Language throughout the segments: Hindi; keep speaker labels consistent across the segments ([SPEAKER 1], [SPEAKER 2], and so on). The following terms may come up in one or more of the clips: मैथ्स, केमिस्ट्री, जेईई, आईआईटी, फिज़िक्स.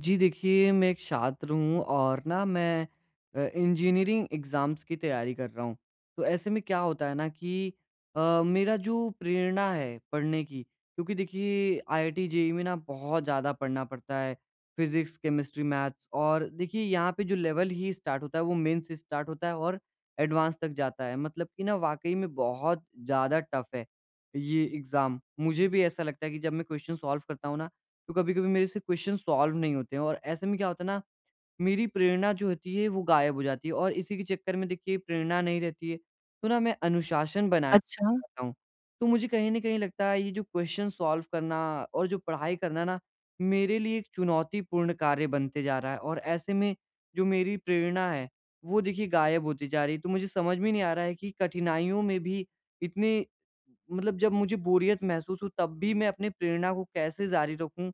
[SPEAKER 1] जी देखिए, मैं एक छात्र हूँ और ना मैं इंजीनियरिंग एग्ज़ाम्स की तैयारी कर रहा हूँ। तो ऐसे में क्या होता है ना कि अ, मेरा जो प्रेरणा है पढ़ने की, क्योंकि देखिए आईआईटी, जेईई में ना बहुत ज़्यादा पढ़ना पड़ता है। फ़िज़िक्स, केमिस्ट्री, मैथ्स, और देखिए यहाँ पे जो लेवल ही स्टार्ट होता है वो मेन से स्टार्ट होता है और एडवांस तक जाता है। मतलब कि ना वाक़ई में बहुत ज़्यादा टफ़ है ये एग्ज़ाम। मुझे भी ऐसा लगता है कि जब मैं क्वेश्चन सॉल्व करता हूँ ना, तो कभी-कभी मेरे से क्वेश्चन सॉल्व नहीं होते हैं, और ऐसे में क्या होता है ना, मेरी प्रेरणा जो होती है वो गायब हो जाती है, और इसी के चक्कर में देखिए प्रेरणा नहीं रहती है, तो ना मैं अनुशासन बनाए
[SPEAKER 2] अच्छा,
[SPEAKER 1] नहीं पाता हूँ। तो मुझे कहीं ना कहीं लगता है, ये जो क्वेश्चन सॉल्व करना और जो पढ़ाई करना ना, मेरे लिए एक चुनौतीपूर्ण कार्य बनते जा रहा है, और ऐसे में जो मेरी प्रेरणा है वो देखिए गायब होती जा रही है। तो मुझे समझ में नहीं आ रहा है कि कठिनाइयों में भी इतने, मतलब जब मुझे बोरियत महसूस हो तब भी मैं अपने प्रेरणा को कैसे जारी रखूं,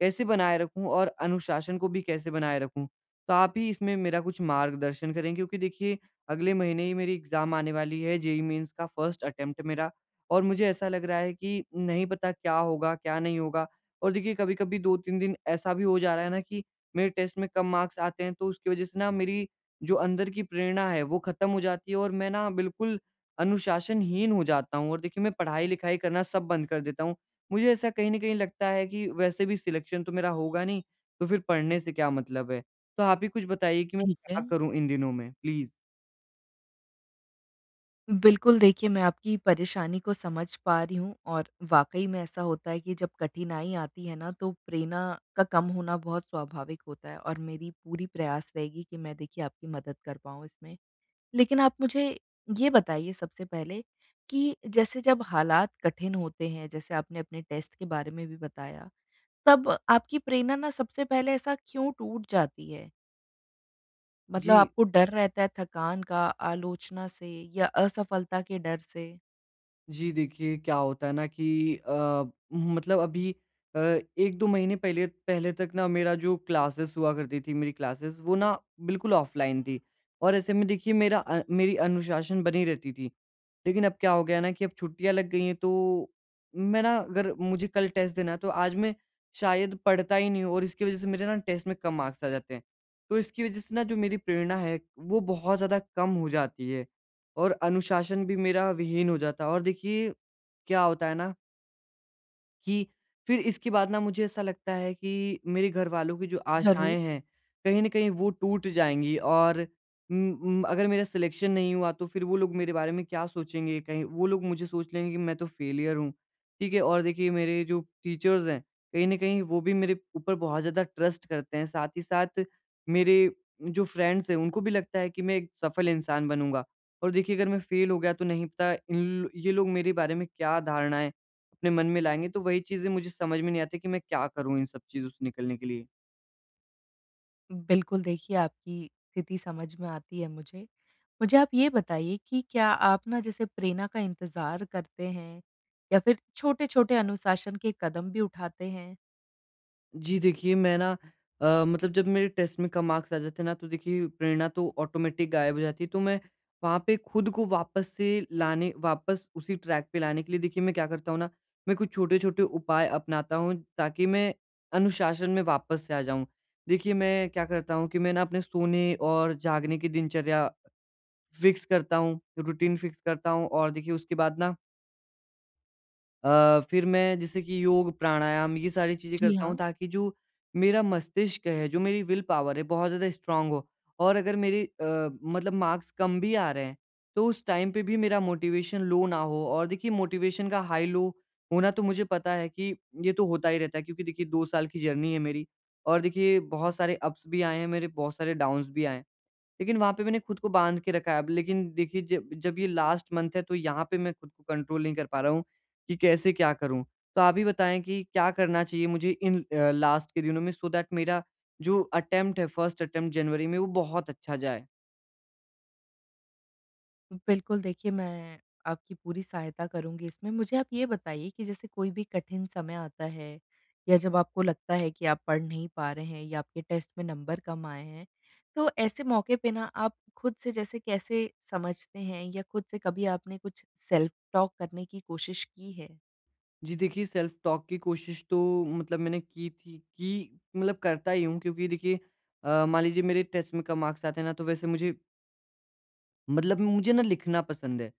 [SPEAKER 1] कैसे बनाए रखूं, और अनुशासन को भी कैसे बनाए रखूं। तो आप ही इसमें मेरा कुछ मार्गदर्शन करें, क्योंकि देखिए अगले महीने ही मेरी एग्ज़ाम आने वाली है, जेईई मेंस का फर्स्ट अटेम्प्ट मेरा। और मुझे ऐसा लग रहा है कि नहीं पता क्या होगा, क्या नहीं होगा। और देखिए कभी-कभी 2-3 दिन ऐसा भी हो जा रहा है ना कि मेरे टेस्ट में कम मार्क्स आते हैं, तो उसकी वज़ह से ना मेरी जो अंदर की प्रेरणा है वो ख़त्म हो जाती है, और मैं ना बिल्कुल अनुशासनहीन हो जाता हूँ, और देखिए मैं पढ़ाई-लिखाई करना सब बंद कर देता हूँ। मुझे ऐसा कहीं न कहीं लगता है कि वैसे भी सिलेक्शन तो मेरा होगा नहीं, तो फिर पढ़ने से क्या मतलब है? तो आप ही कुछ बताइए कि मैं
[SPEAKER 2] ठीक है।
[SPEAKER 1] क्या करूँ इन दिनों में? प्लीज़।
[SPEAKER 2] बिल्कुल, देखिए मैं आपकी परेशानी को समझ पा रही हूँ और वाक़ई में ऐसा होता है कि जब कठिनाई आती है ना, तो प्रेरणा का कम होना बहुत स्वाभाविक होता है, और मेरी पूरी प्रयास रहेगी कि मैं देखिए आपकी मदद कर पाऊँ इसमें। लेकिन आप मुझे ये बताइए सबसे पहले कि जैसे जब हालात कठिन होते हैं, जैसे आपने अपने टेस्ट के बारे में भी बताया, तब आपकी प्रेरणा ना सबसे पहले ऐसा क्यों टूट जाती है? मतलब
[SPEAKER 1] जी।
[SPEAKER 2] आपको डर रहता है थकान का, आलोचना से, या असफलता के डर से?
[SPEAKER 1] जी देखिए, क्या होता है ना कि मतलब अभी अ, 1-2 महीने पहले पहले तक ना, मेरा जो क्लासेस हुआ करती थी, मेरी क्लासेस वो ना बिल्कुल ऑफ़लाइन थी। और ऐसे में देखिए मेरी अनुशासन बनी रहती थी। लेकिन अब क्या हो गया ना कि अब छुट्टियाँ लग गई हैं, तो मैं ना, अगर मुझे कल टेस्ट देना है तो आज मैं शायद पढ़ता ही नहीं हूँ, और इसकी वज़ह से मेरे ना टेस्ट में कम मार्क्स आ जाते हैं। तो इसकी वज़ह से ना, जो मेरी प्रेरणा है, वो बहुत ज़्यादा कम हो जाती है। और अनुशासन भी मेरा विहीन हो जाता है, और देखिए क्या होता है ना कि फिर इसके बाद ना मुझे ऐसा लगता है कि मेरे घरवालों की जो
[SPEAKER 2] ज़रूर।
[SPEAKER 1] आशाएँ हैं, कहीं न कहीं वो टूट जाएँगी। और अगर मेरा सिलेक्शन नहीं हुआ तो फिर वो लोग मेरे बारे में क्या सोचेंगे? कहीं वो लोग मुझे सोच लेंगे कि मैं तो फेलियर हूँ, ठीक है? और देखिए मेरे जो टीचर्स हैं, कहीं न कहीं वो भी मेरे ऊपर बहुत ज़्यादा ट्रस्ट करते हैं। साथ ही साथ मेरे जो फ्रेंड्स हैं, उनको भी लगता है कि मैं एक सफल इंसान बनूँगा। और देखिए अगर मैं फेल हो गया तो नहीं पता ये लोग मेरे बारे में क्या धारणाएँ अपने मन में लाएँगे, तो वही चीज़ें मुझे समझ में नहीं आती कि मैं क्या करूँ इन सब चीज़ों से निकलने के लिए?
[SPEAKER 2] बिल्कुल, देखिए आपकी स्थिति समझ में आती है मुझे। मुझे आप ये बताइए कि क्या आप ना जैसे प्रेरणा का इंतज़ार करते हैं, या फिर छोटे-छोटे अनुशासन के कदम भी उठाते हैं?
[SPEAKER 1] जी, देखिए मैं ना मतलब जब मेरे टेस्ट में कम मार्क्स आ जाते हैं ना, तो देखिए प्रेरणा तो ऑटोमेटिक गायब हो जाती है, तो मैं वहाँ पे खुद को वापस उसी ट्रैक पे लाने के लिए देखिए मैं क्या करता हूँ ना, मैं कुछ छोटे-छोटे उपाय अपनाता हूँ ताकि मैं अनुशासन में वापस से आ जाऊँ। देखिए मैं क्या करता हूँ कि मैं ना अपने सोने और जागने की दिनचर्या फिक्स करता हूँ, रूटीन फिक्स करता हूँ, और देखिए उसके बाद ना फिर मैं जैसे कि योग, प्राणायाम, ये सारी चीज़ें
[SPEAKER 2] जी। जी
[SPEAKER 1] करता हूँ
[SPEAKER 2] हाँ।
[SPEAKER 1] ताकि जो मेरा मस्तिष्क है, जो मेरी विल पावर है, बहुत ज़्यादा स्ट्रॉन्ग हो। और अगर मेरे मतलब मार्क्स कम भी आ रहे हैं, तो उस टाइम पे भी मेरा मोटिवेशन लो ना हो, और देखिए मोटिवेशन का हाई-लो होना तो मुझे पता है कि ये तो होता ही रहता है, क्योंकि देखिए 2 साल की जर्नी है मेरी, और देखिए बहुत सारे अप्स भी आए हैं मेरे, बहुत सारे डाउन्स भी आए हैं। लेकिन वहाँ पे मैंने खुद को बाँध के रखा है अब, लेकिन देखिए जब जब ये लास्ट मंथ है, तो यहाँ पे मैं खुद को कंट्रोल नहीं कर पा रहा हूँ कि कैसे क्या करूँ? तो आप ही बताएँ कि क्या करना चाहिए मुझे इन लास्ट के दिनों में, सो दैट मेरा जो अटेम्प्ट है, फर्स्ट अटेम्प्ट जनवरी में, वो बहुत अच्छा जाए?
[SPEAKER 2] बिल्कुल, देखिए मैं आपकी पूरी सहायता करूँगी इसमें। मुझे आप ये बताइए कि जैसे कोई भी कठिन समय आता है, या जब आपको लगता है कि आप पढ़ नहीं पा रहे हैं, या आपके टेस्ट में नंबर कम आए हैं, तो ऐसे मौके पे ना आप खुद से जैसे कैसे समझते हैं, या खुद से कभी आपने कुछ सेल्फ टॉक करने की कोशिश की है?
[SPEAKER 1] जी देखिए, सेल्फ टॉक की कोशिश तो मतलब मैंने की थी, की मतलब करता ही हूँ, क्योंकि देखिए मान लीजिए मेरे टेस्ट में कम मार्क्स आते हैं ना, तो वैसे मुझे, मतलब मुझे ना लिखना पसंद है।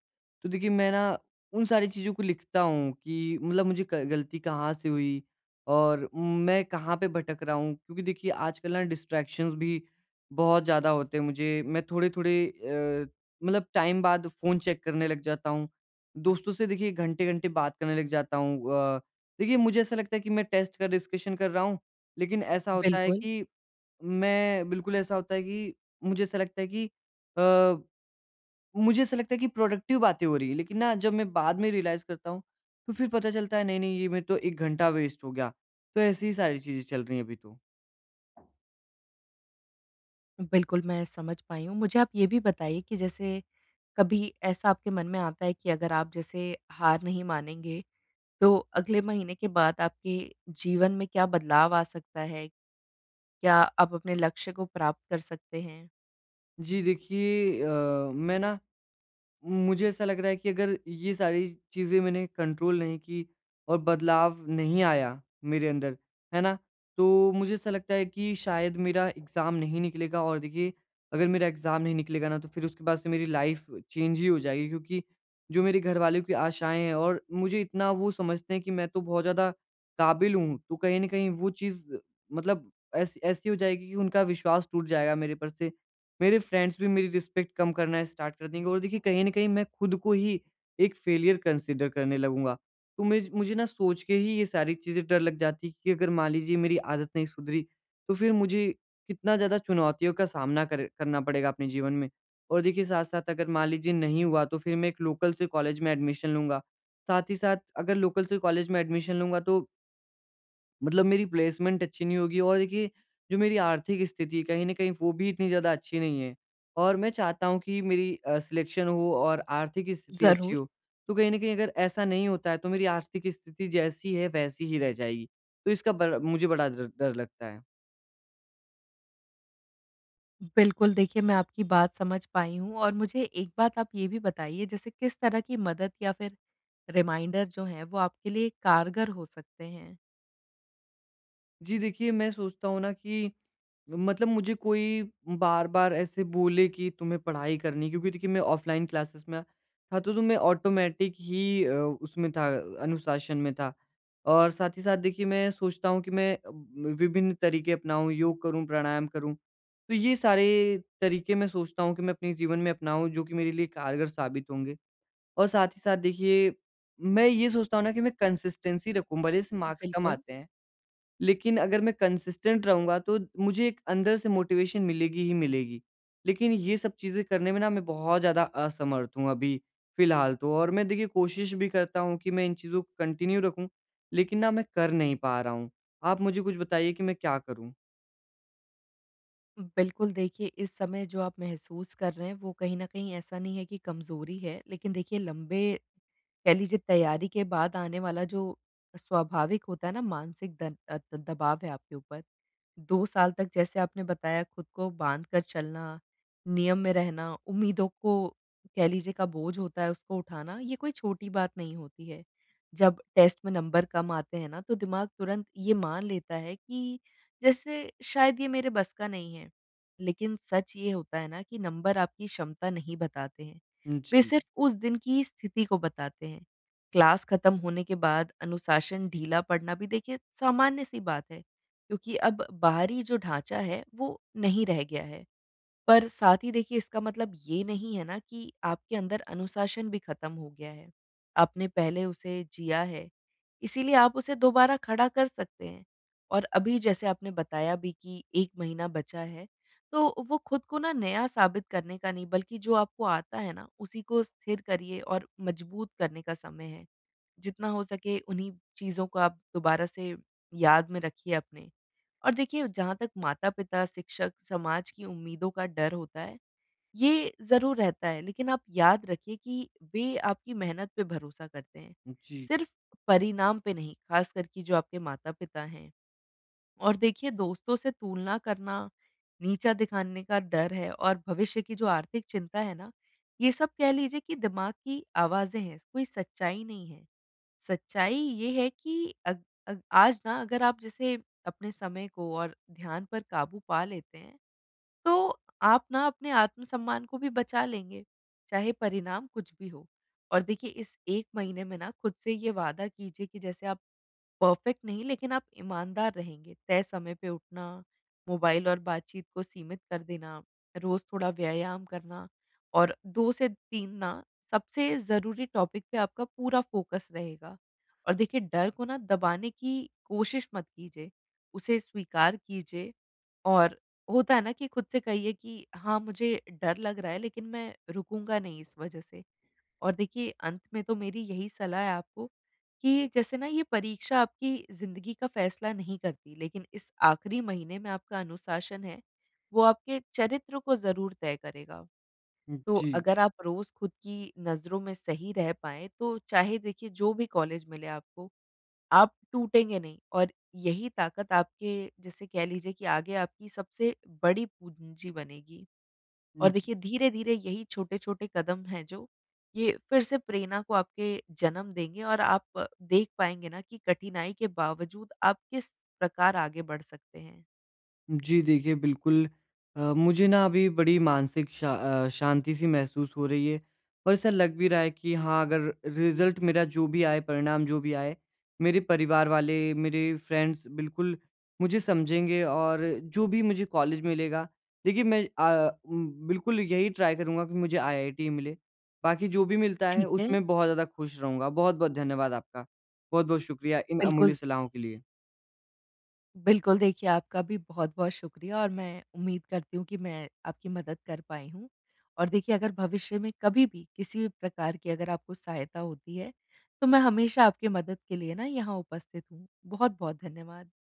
[SPEAKER 1] तो देखिए मैं ना उन सारी चीज़ों को लिखता हूँ कि मतलब मुझे क गलती कहाँ से हुई और मैं कहाँ पे भटक रहा हूँ। क्योंकि देखिए आजकल ना डिस्ट्रैक्शंस भी बहुत ज़्यादा होते हैं मुझे। मैं थोड़े-थोड़े मतलब टाइम बाद फ़ोन चेक करने लग जाता हूँ। दोस्तों से देखिए घंटे-घंटे बात करने लग जाता हूँ। देखिए मुझे ऐसा लगता है कि मैं टेस्ट का डिस्कशन कर रहा हूँ, लेकिन
[SPEAKER 2] बिल्कुल।
[SPEAKER 1] ऐसा होता है कि मुझे ऐसा लगता है कि अ प्रोडक्टिव बातें हो रही हैं, लेकिन ना जब मैं बाद में रियलाइज़ करता हूँ, तो फिर पता चलता है नहीं-नहीं, ये मेरा तो 1 घंटा वेस्ट हो गया। तो ऐसी ही सारी चीज़ें चल रही हैं अभी तो।
[SPEAKER 2] बिल्कुल, मैं समझ पाई हूँ। मुझे आप ये भी बताइए कि जैसे कभी ऐसा आपके मन में आता है कि अगर आप जैसे हार नहीं मानेंगे, तो अगले महीने के बाद आपके जीवन में क्या बदलाव आ सकता है? क्या आप अपने लक्ष्य को प्राप्त कर सकते हैं?
[SPEAKER 1] जी देखिए, मैं ना मुझे ऐसा लग रहा है कि अगर ये सारी चीज़ें मैंने कंट्रोल नहीं की, और बदलाव नहीं आया मेरे अंदर, है ना? तो मुझे ऐसा लगता है कि शायद मेरा एग्ज़ाम नहीं निकलेगा, और देखिए अगर मेरा एग्ज़ाम नहीं निकलेगा ना, तो फिर उसके बाद से मेरी लाइफ़ चेंज ही हो जाएगी, क्योंकि जो मेरे घरवालों की आशाएँ हैं, और मुझे इतना वो समझते हैं कि मैं तो बहुत ज़्यादा काबिल हूँ, तो कहीं न कहीं वो चीज़, मतलब ऐसी ऐसी हो जाएगी कि उनका विश्वास टूट जाएगा मेरे पर से। मेरे फ्रेंड्स भी मेरी रिस्पेक्ट कम करना स्टार्ट कर देंगे, और देखिए कहीं न कहीं मैं खुद को ही एक फेलियर कंसिडर करने लगूँगा। तो मुझे ना सोच के ही ये सारी चीज़ें डर लग जाती है कि अगर मान लीजिए मेरी आदत नहीं सुधरी, तो फिर मुझे कितना ज़्यादा चुनौतियों का सामना कर करना पड़ेगा अपने जीवन में। और देखिए साथ-साथ अगर मान लीजिए नहीं हुआ, तो फिर मैं एक लोकल से कॉलेज में एडमिशन लूँगा। साथ ही साथ अगर लोकल से कॉलेज में एडमिशन लूँगा तो मतलब मेरी प्लेसमेंट अच्छी नहीं होगी, और देखिए जो मेरी आर्थिक स्थिति है, कहीं न कहीं वो भी इतनी ज़्यादा अच्छी नहीं है। और मैं चाहता हूँ कि मेरी सिलेक्शन हो और आर्थिक स्थिति अच्छी
[SPEAKER 2] ज़रूर।
[SPEAKER 1] हो। तो कहीं न कहीं अगर ऐसा नहीं होता है, तो मेरी आर्थिक स्थिति जैसी है वैसी ही रह जाएगी। तो इसका बड़ा मुझे बड़ा डर डर लगता है।
[SPEAKER 2] बिल्कुल, देखिए मैं आपकी बात समझ पाई हूँ, और मुझे एक बात आप ये भी बताइए, जैसे किस तरह की मदद या फिर रिमाइंडर जो हैं वो आपके लिए कारगर हो सकते हैं?
[SPEAKER 1] जी देखिए, मैं सोचता हूँ ना कि मतलब मुझे कोई बार-बार ऐसे बोले कि तुम्हें पढ़ाई करनी, क्योंकि देखिए मैं ऑफ़लाइन क्लासेस में था, तो मैं ऑटोमेटिक ही उसमें था अनुशासन में था। और साथ ही साथ देखिए मैं सोचता हूँ कि मैं विभिन्न तरीके अपनाऊँ, योग करूँ, प्राणायाम करूँ। तो ये सारे तरीके मैं सोचता हूँ कि मैं अपने जीवन में अपनाऊँ, जो कि मेरे लिए कारगर साबित होंगे। और साथ ही साथ देखिए मैं ये सोचता हूँ ना कि मैं कंसिस्टेंसी रखूँ, भले से मार्क्स कम
[SPEAKER 2] बिल्कुल।
[SPEAKER 1] आते हैं। लेकिन अगर मैं कंसिस्टेंट रहूँगा, तो मुझे एक अंदर से मोटिवेशन मिलेगी ही मिलेगी। लेकिन ये सब चीज़ें करने में ना मैं बहुत ज़्यादा असमर्थ हूँ अभी फ़िलहाल तो, और मैं देखिए कोशिश भी करता हूँ कि मैं इन चीज़ों को कंटिन्यू रखूँ, लेकिन ना मैं कर नहीं पा रहा हूँ। आप मुझे कुछ बताइए कि मैं क्या करूँ?
[SPEAKER 2] बिल्कुल, देखिए इस समय जो आप महसूस कर रहे हैं, वो कहीं न कहीं ऐसा नहीं है कि कमज़ोरी है, लेकिन देखिए लंबे, कह लीजिए तैयारी के बाद आने वाला जो स्वाभाविक होता है ना मानसिक दन अ, द दबाव है आपके ऊपर। 2 साल तक जैसे आपने बताया खुद को बाँध कर चलना, नियम में रहना, उम्मीदों को, कह लीजिए का बोझ होता है उसको उठाना, ये कोई छोटी बात नहीं होती है। जब टेस्ट में नंबर कम आते हैं ना, तो दिमाग तुरंत ये मान लेता है कि जैसे शायद ये मेरे बस का नहीं है। लेकिन सच ये होता है ना कि नंबर आपकी क्षमता नहीं बताते हैं। वे
[SPEAKER 1] जी,
[SPEAKER 2] सिर्फ़ उस दिन की स्थिति को बताते हैं। क्लास खत्म होने के बाद अनुशासन ढीला पड़ना भी देखिए सामान्य सी बात है, क्योंकि अब बाहरी जो ढाँचा है, वो नहीं रह गया है। पर साथ ही देखिए इसका मतलब ये नहीं है ना कि आपके अंदर अनुशासन भी ख़त्म हो गया है। आपने पहले उसे जिया है, इसीलिए आप उसे दोबारा खड़ा कर सकते हैं। और अभी जैसे आपने बताया भी कि 1 महीना बचा है, तो वो खुद को ना नया साबित करने का नहीं, बल्कि जो आपको आता है ना, उसी को स्थिर करिए और मजबूत करने का समय है। जितना हो सके उन्हीं चीज़ों को आप दोबारा से याद में रखिए अपने। और देखिए जहाँ तक माता-पिता, शिक्षक, समाज की उम्मीदों का डर होता है, ये ज़रूर रहता है, लेकिन आप याद रखिए कि वे आपकी मेहनत पे भरोसा करते हैं,
[SPEAKER 1] जी,
[SPEAKER 2] सिर्फ़ परिणाम पे नहीं, ख़ासकर कि जो आपके माता-पिता हैं। और देखिए दोस्तों से तुलना करना, नीचा दिखाने का डर है, और भविष्य की जो आर्थिक चिंता है ना, ये सब कह लीजिए कि दिमाग की आवाज़ें हैं, कोई सच्चाई नहीं है। सच्चाई ये है कि अग, अग, आज ना अगर आप जैसे अपने समय को और ध्यान पर काबू पा लेते हैं, तो आप ना अपने आत्मसम्मान को भी बचा लेंगे, चाहे परिणाम कुछ भी हो। और देखिए इस एक महीने में ना खुद से ये वादा कीजिए कि जैसे आप परफेक्ट नहीं, लेकिन आप ईमानदार रहेंगे। तय समय पे उठना, मोबाइल और बातचीत को सीमित कर देना, रोज़ थोड़ा व्यायाम करना, और 2 से 3 ना सबसे ज़रूरी टॉपिक पे आपका पूरा फ़ोकस रहेगा। और देखिए डर को ना दबाने की कोशिश मत कीजिए, उसे स्वीकार कीजिए, और होता है ना कि खुद से कहिए कि हाँ, मुझे डर लग रहा है, लेकिन मैं रुकूँगा नहीं इस वज़ह से। और देखिए अंत में तो मेरी यही सलाह है आपको, कि जैसे ना ये परीक्षा आपकी ज़िंदगी का फैसला नहीं करती, लेकिन इस आखिरी महीने में आपका अनुशासन है, वो आपके चरित्र को ज़रूर तय करेगा। तो
[SPEAKER 1] जी,
[SPEAKER 2] अगर आप रोज़ खुद की नज़रों में सही रह पाएँ, तो चाहे देखिए जो भी कॉलेज मिले आपको, आप टूटेंगे नहीं, और यही ताकत आपके जैसे कह लीजिए कि आगे आपकी सबसे बड़ी पूँजी बनेगी। और
[SPEAKER 1] जी।
[SPEAKER 2] देखिए धीरे-धीरे यही छोटे-छोटे कदम हैं जो ये फिर से प्रेरणा को आपके जन्म देंगे, और आप देख पाएँगे ना कि कठिनाई के बावजूद आप किस प्रकार आगे बढ़ सकते हैं।
[SPEAKER 1] जी देखिए, बिल्कुल मुझे ना अभी बड़ी मानसिक शांति-सी महसूस हो रही है, और ऐसा लग भी रहा है कि हाँ, अगर रिज़ल्ट मेरा जो भी आए, परिणाम जो भी आए, मेरे परिवार वाले, मेरे फ्रेंड्स बिल्कुल मुझे समझेंगे, और जो भी मुझे कॉलेज मिलेगा, देखिए मैं बिल्कुल यही ट्राई करूँगा कि मुझे आईआईटी मिले। बाकी जो भी मिलता है
[SPEAKER 2] ठीक है,
[SPEAKER 1] उसमें बहुत ज़्यादा खुश रहूँगा। बहुत-बहुत धन्यवाद आपका। बहुत-बहुत शुक्रिया इन अमूल्य
[SPEAKER 2] बिल्कुल।
[SPEAKER 1] सलाहों के लिए।
[SPEAKER 2] बिल्कुल देखिए आपका भी बहुत-बहुत शुक्रिया, और मैं उम्मीद करती हूँ कि मैं आपकी मदद कर पाई हूँ। और देखिए अगर भविष्य में कभी भी किसी भी प्रकार की अगर आपको सहायता होती है, तो मैं हमेशा आपकी मदद के लिए ना यहाँ उपस्थित हूँ। बहुत-बहुत धन्यवाद।